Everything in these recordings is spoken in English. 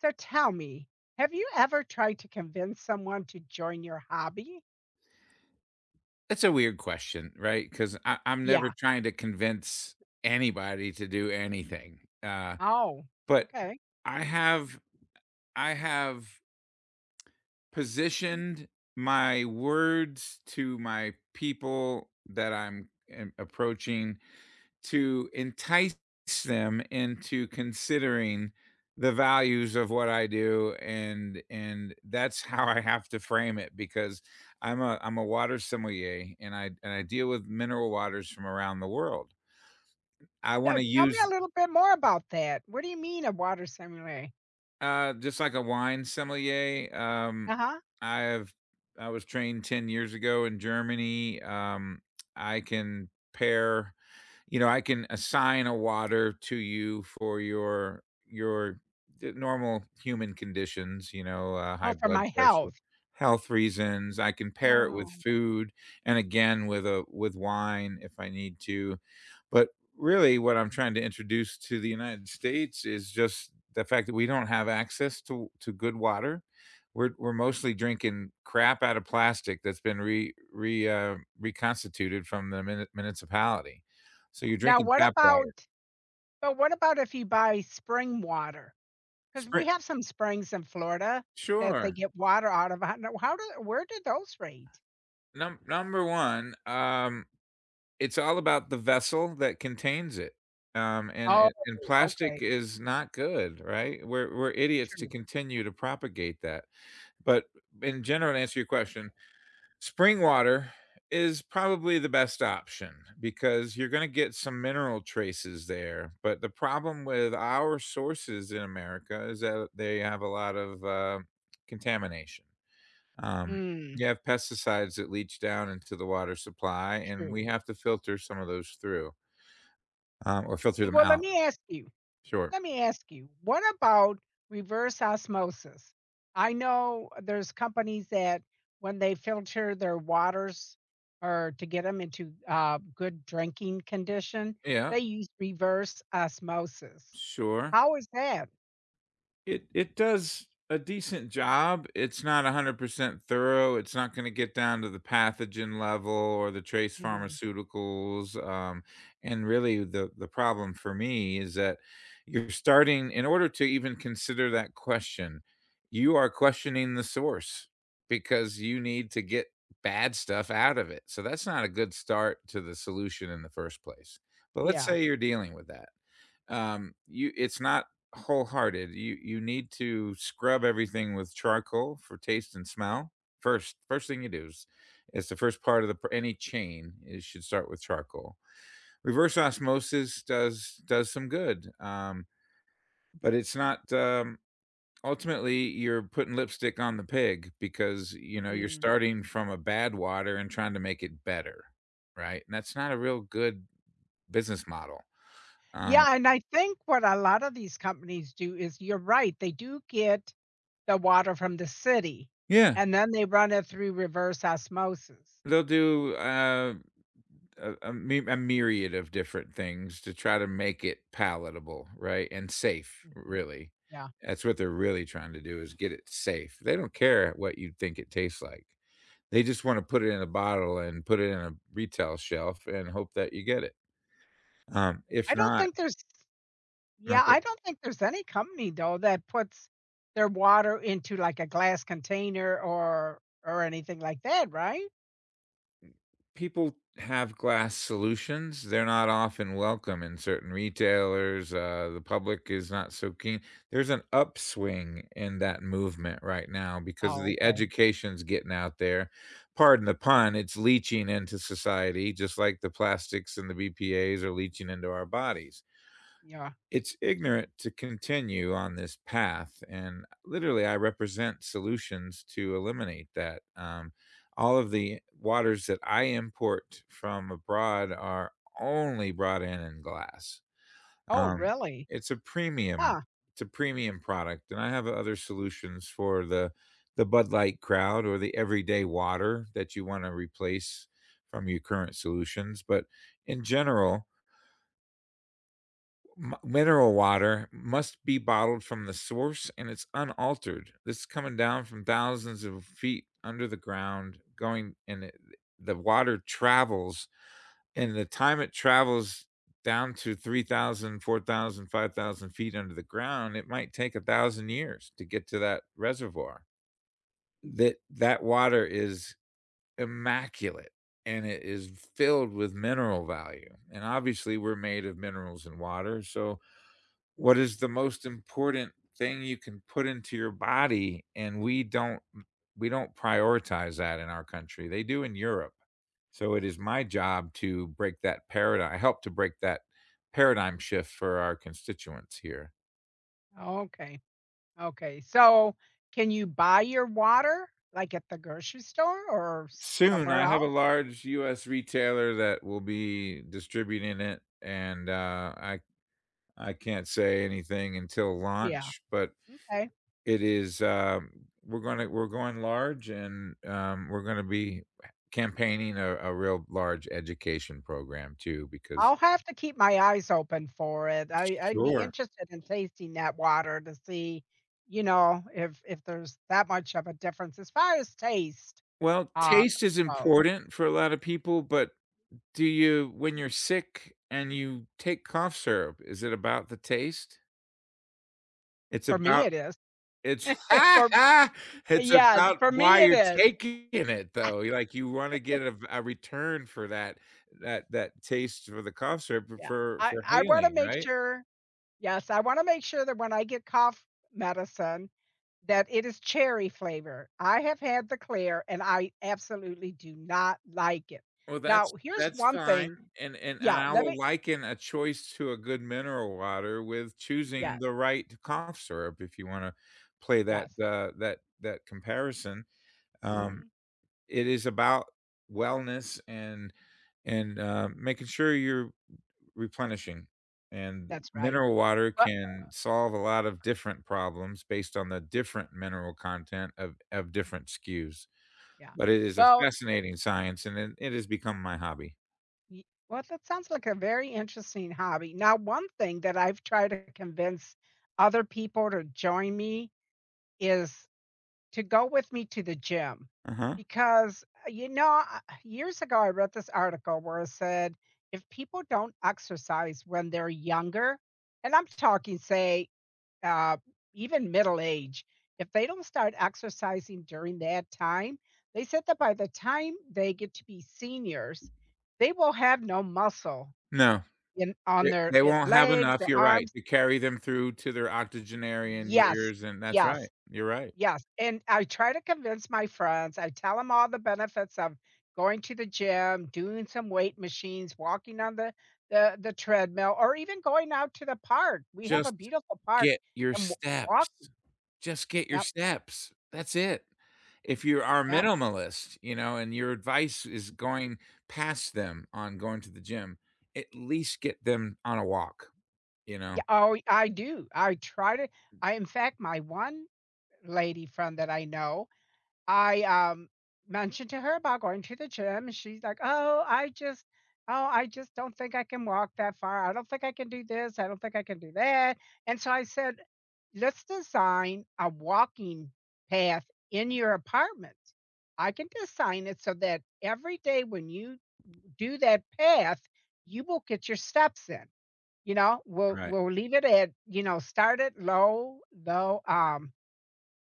So tell me, have you ever tried to convince someone to join your hobby? It's a weird question, right? Because I'm never Yeah. trying to convince anybody to do anything, Oh, but okay. I have I have positioned my words to my people that I'm, approaching to entice them into considering the values of what I do, and that's how I have to frame it because I'm a water sommelier and I deal with mineral waters from around the world. I Now wanna tell me a use little bit more about that. What do you mean a water simulator? Just like a wine sommelier. Uh-huh. I have I was trained 10 years ago in Germany. I can pair I can assign a water to you for your d normal human conditions, you know, Oh, high for blood my pressure, health. health reasons. I can pair it with Oh. food and again with a with wine if I need to. But really what I'm trying to introduce to the United States is just the fact that we don't have access to good water. We're mostly drinking crap out of plastic that's been re re reconstituted from the municipality. So you're Now drinking what tap water. about but what about if you buy spring water? Because Spring. we have some springs in Florida that they Sure. get water out of. I don't know, how do where do those rate? Number 1, it's all about the vessel that contains it, and Oh, and and plastic okay. is not good, right? We're idiots to True. continue to propagate that. But in general, to answer your question, spring water is probably the best option because you're gonna get some mineral traces there, but the problem with our sources in America is that they have a lot of, contamination. Um, Mm, you have pesticides that leach down into the water supply, and we true. have to filter some of those through, or filter them Well, let out. me ask you. Sure. Let me ask you, what about reverse osmosis? I know there's companies that when they filter their waters or to get them into good drinking condition, Yeah, they use reverse osmosis. sure. How is that? It does a decent job. It's not 100% thorough. It's not gonna get down to the pathogen level or the trace Hmm. pharmaceuticals, and really the problem for me is that you're starting, in order to even consider that question, you are questioning the source because you need to get bad stuff out of it. So that's not a good start to the solution in the first place. But let's Yeah. say you're dealing with that. You, it's not wholehearted. You need to scrub everything with charcoal for taste and smell. First thing you do is it's the first part of any chain. It should start with charcoal. Reverse osmosis does some good, but it's not. Ultimately, you're putting lipstick on the pig because you know you're Mm. starting from a bad water and trying to make it better, right? And that's not a real good business model. Um, Yeah. And I think what a lot of these companies do is you're right, they do get the water from the city yeah, and then they run it through reverse osmosis. they'll do a my a myriad of different things to try to make it palatable, right, and safe, Mhm. really. Yeah. That's what they're really trying to do, is get it safe. They don't care what you think it tastes like. They just wanna put it in a bottle and put it in a retail shelf and hope that you get it. I If don't not, think there's yeah, okay. I don't think there's any company though that puts their water into like a glass container or anything like that, right? People have glass solutions. They're not often welcome in certain retailers. The public is not so keen. There's an upswing in that movement right now because of Oh, the okay. education's getting out there. Pardon the pun, it's leaching into society, just like the plastics and the BPAs are leaching into our bodies. Yeah. It's ignorant to continue on this path, and literally, I represent solutions to eliminate that. All of the waters that I import from abroad are only brought in glass. Oh, Um, really? it's a Huh. Premium product, and I have other solutions for the Bud Light crowd or the everyday water that you wanna replace from your current solutions, but in general, M mineral water must be bottled from the source, and it's unaltered. This is coming down from thousands of feet under the ground, going and it the water travels, and the time it travels down to 3,000, 4,000, 5,000 feet under the ground, it might take 1,000 years to get to that reservoir. That water is immaculate, and it is filled with mineral value, and obviously, we're made of minerals and water, so what is the most important thing you can put into your body? And we don't prioritize that in our country. They do in Europe. So it is my job to break that paradigm. I help to break that paradigm shift for our constituents here. Okay. Okay. So, can you buy your water like at the grocery store or Soon, somewhere I have a else? large US retailer that will be distributing it, and, I can't say anything until Yeah. launch. But Okay. it is, um, we're going large, and, we're gonna be campaigning a real large education program too because I'll have to keep my eyes open for it. I, I'd be Sure. interested in tasting that water to see, you know, if there's that much of a difference as far as taste. Well, Uh, taste is oh, important for a lot of people, but, do you, when you're sick and you take cough syrup, is it about the taste? It's for me about it is. It's For it's yes, about for why me it you're is. taking it, though. You, like, you wanna get a return for that, that taste for the concert, for Yeah. for I for I wanna healing, make right? sure yes, I wanna make sure that when I get cough medicine, that it is cherry flavor. I have had the clear and I absolutely do not like it. Well, Now, here's that's one fine, thing and and yeah, I let will me liken a choice to a good mineral water with choosing yeah, the right cough syrup, if you wanna play that, yes. That comparison. Um, Mhm. it is about wellness and making sure you're replenishing, and That's right. mineral water Well, can solve a lot of different problems based on the different mineral content of different SKUs, yeah. but it is a Well fascinating science, and it has become my hobby. ye well, that sounds like a very interesting hobby. Now, one thing that I've tried to convince other people to join me is to go with me to the gym Uh-huh. because, you know, I years ago, I read this article where it said if people don't exercise when they're younger, and I'm talking, say, uh, even middle age, if they don't start exercising during that time, they said that by the time they get to be seniors, they will have no muscle No. in on their They won't have legs, enough, their you're right, arms. to carry them through to their octogenarian Yes, years, and that's right, yes, you're right. yes. And I try to convince my friends. I tell them all the benefits of going to the gym, doing some weight machines, walking on the treadmill, or even going out to the park. We have a Just beautiful park get your and steps. walking. Just get your Yep. steps. That's it. If you are a Yep. minimalist, you know, and your advice is going past them on going to the gym, at least get them on a walk, you know? Yeah, oh, I do. I try to I in fact, my one lady friend that I know, I, mentioned to her about going to the gym, and she's like, oh, I just don't think I can walk that far. I don't think I can do this. I don't think I can do that." And so I said, "Let's design a walking path in your apartment. I can design it so that every day when you do that path, you will get your steps in." You know, we'll Right. we'll leave it at, you know, start it low, low,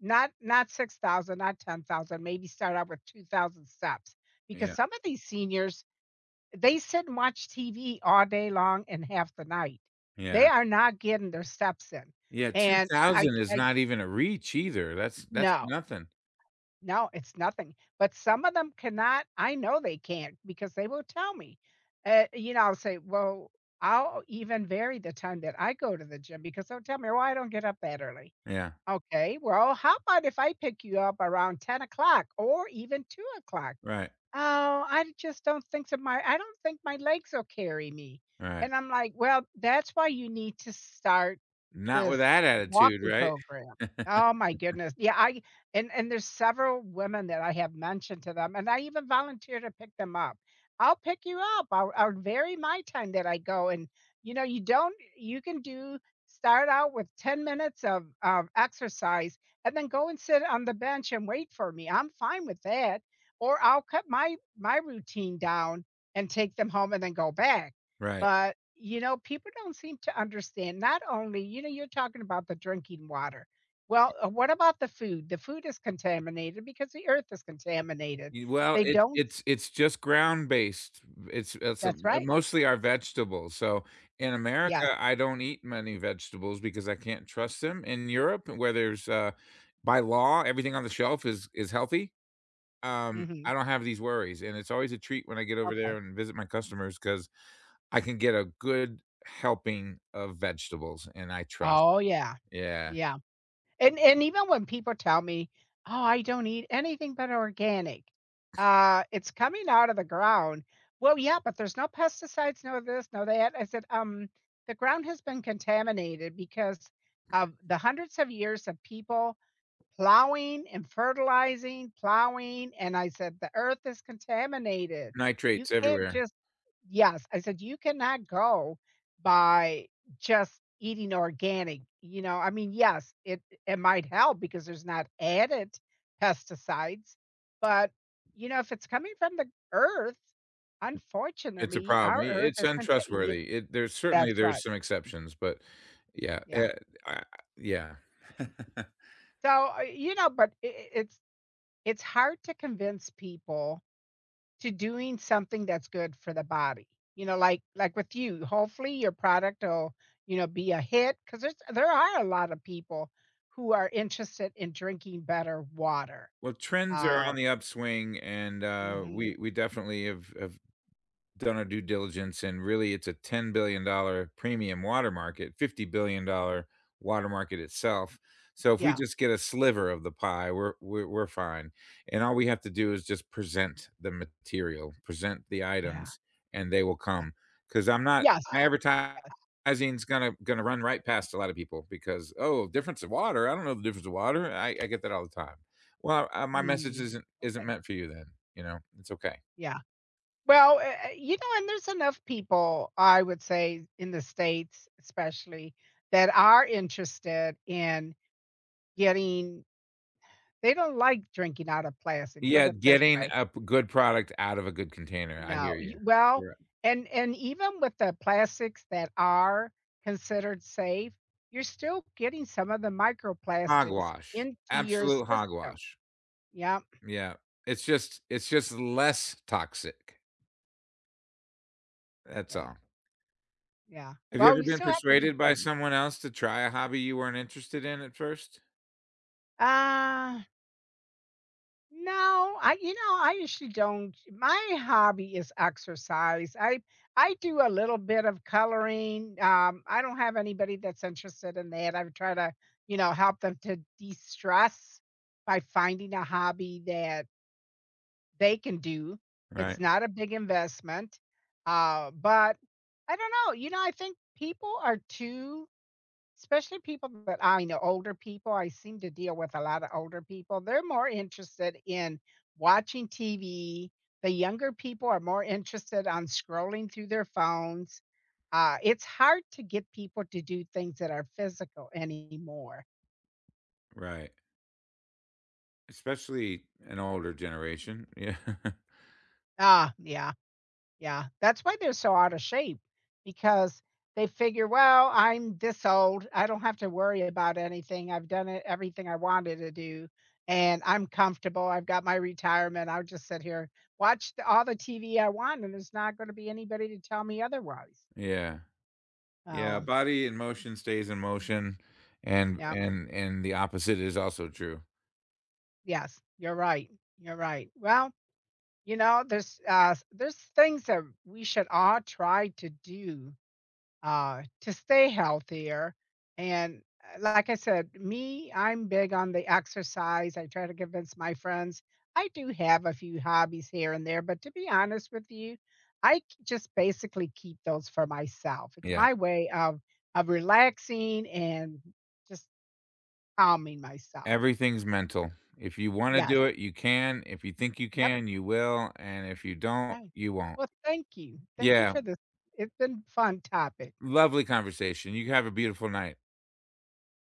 not 6,000, not 10,000, maybe start out with 2,000 steps because Yeah. some of these seniors, they sit and watch TV all day long and half the night. They Yeah. are not getting their steps in. Yeah, And I 2,000 is I I not even a reach either. That's no. nothing. No, it's nothing, but some of them cannot I know they can't because they will tell me. You know, I'll say, "Well" I'll even vary the time that I go to the gym because they'll tell me, "Well, I don't get up that early." Yeah. "Okay, well, how about if I pick you up around 10 o'clock or even 2 o'clock? Right. Oh, I just don't think so my I don't think my legs will carry me." Right. And I'm like, "Well, that's why you need to start Not with this that attitude, walking right? program. Oh my goodness. Yeah, I and there's several women that I have mentioned to them, and I even volunteer to pick them up. I'll pick you up. I'll vary my time that I go. And you know, you don't you can do start out with 10 minutes of exercise and then go and sit on the bench and wait for me. I'm fine with that. Or I'll cut my my routine down and take them home and then go back. Right. But, you know, people don't seem to understand not only you know, you're talking about the drinking water. Well, what about the food? The food is contaminated because the earth is contaminated. Y well, They it don't it's it's just ground-based. It's it's, uh, that's right. mostly our vegetables, so in Yes. America, I don't eat many vegetables because I can't trust them. In Europe, where there's, uh, by law, everything on the shelf is healthy, Mhm. I don't have these worries, and it's always a treat when I get over there Okay. and visit my customers because I can get a good helping of vegetables, and I trust. Oh, yeah. Yeah. Yeah. And even when people tell me, "Oh, I don't eat anything but organic," "it's coming out of the ground." "Well, yeah, but there's no pesticides, no this, no that." I said, " the ground has been contaminated because of the hundreds of years of people plowing and fertilizing, plowing, and I said, "The earth is contaminated. You Nitrates can't everywhere. just" Yes, I said, "You cannot go by just eating organic." You know, I mean, yes, it might help because there's not added pesticides, but, you know, if it's coming from the earth, It's a unfortunately, problem. our I earth It's is contaminated. untrustworthy. It There's certainly, That's there's right, some exceptions, but yeah, eh, yeah. I yeah. So, you know, but I it's it's hard to convince people to doing something that's good for the body. You know, like with you, hopefully your product will, you know, be a hit because there are a lot of people who are interested in drinking better water. Well, trends are Um on the upswing, and, mhm. we definitely have done our due diligence, and really it's a $10 billion dollar premium water market, $50 billion dollar water market itself. So if we Yeah, just get a sliver of the pie, we're fine, and all we have to do is just present the material, present the yeah, items, and they will yeah. come. Because 'cause I'm not, Yes. my advertising's gonna run right past a lot of people because, "Oh, difference of water? I don't know the difference of water." I get that all the time. Well, my message Mm, isn't okay. meant for you then, you know? It's okay. Yeah. Well, you know, and there's enough people, I would say, in the States especially, that are interested in getting they don't like drinking out of plastic, put Yeah, it this getting way. a p good product out of a good container, I hear No, y you. well, Yeah. And even with the plastics that are considered safe, you're still getting some of the microplastics Hogwash, into your absolute system. hogwash. Yeah, Yeah, it's just less toxic, that's yeah, all. yeah. Have you Well, ever you been still have to be persuaded by careful. someone else to try a hobby you weren't interested in at first? Uh No, I you know, I usually don't. My hobby is exercise. I do a little bit of coloring. I don't have anybody that's interested in that. I try to, you know, help them to de-stress by finding a hobby that they can do. It's Right, not a big investment. But I don't know. You know, I think people are too especially people that I know, older people, I seem to deal with a lot of older people. They're more interested in watching TV. The younger people are more interested on scrolling through their phones. It's hard to get people to do things that are physical anymore. right, especially an older generation. Yeah. Ah, yeah. Yeah, that's why they're so out of shape because they figure, "Well, I'm this old. I don't have to worry about anything. I've done it everything I wanted to do, and I'm comfortable. I've got my retirement. I'll just sit here, watch the all the TV I want, and there's not gonna be anybody to tell me otherwise." Yeah. Yeah, Oh, body in motion stays in motion, and yeah. and the opposite is also true. Yes, you're right. You're right. Well, you know, there's things that we should all try to do to stay healthier. And like I said, me, I'm big on the exercise. I try to convince my friends. I do have a few hobbies here and there, but to be honest with you, I just basically keep those for myself. It's Yeah. my way of relaxing and just calming myself. Everything's mental. If you wanna Yes. do it, you can. If you think you Yep. can, you will, and if you don't, Right. you won't. Well, thank you. Thank you Yeah, for this. It's been fun topic. lovely conversation. You have a beautiful night.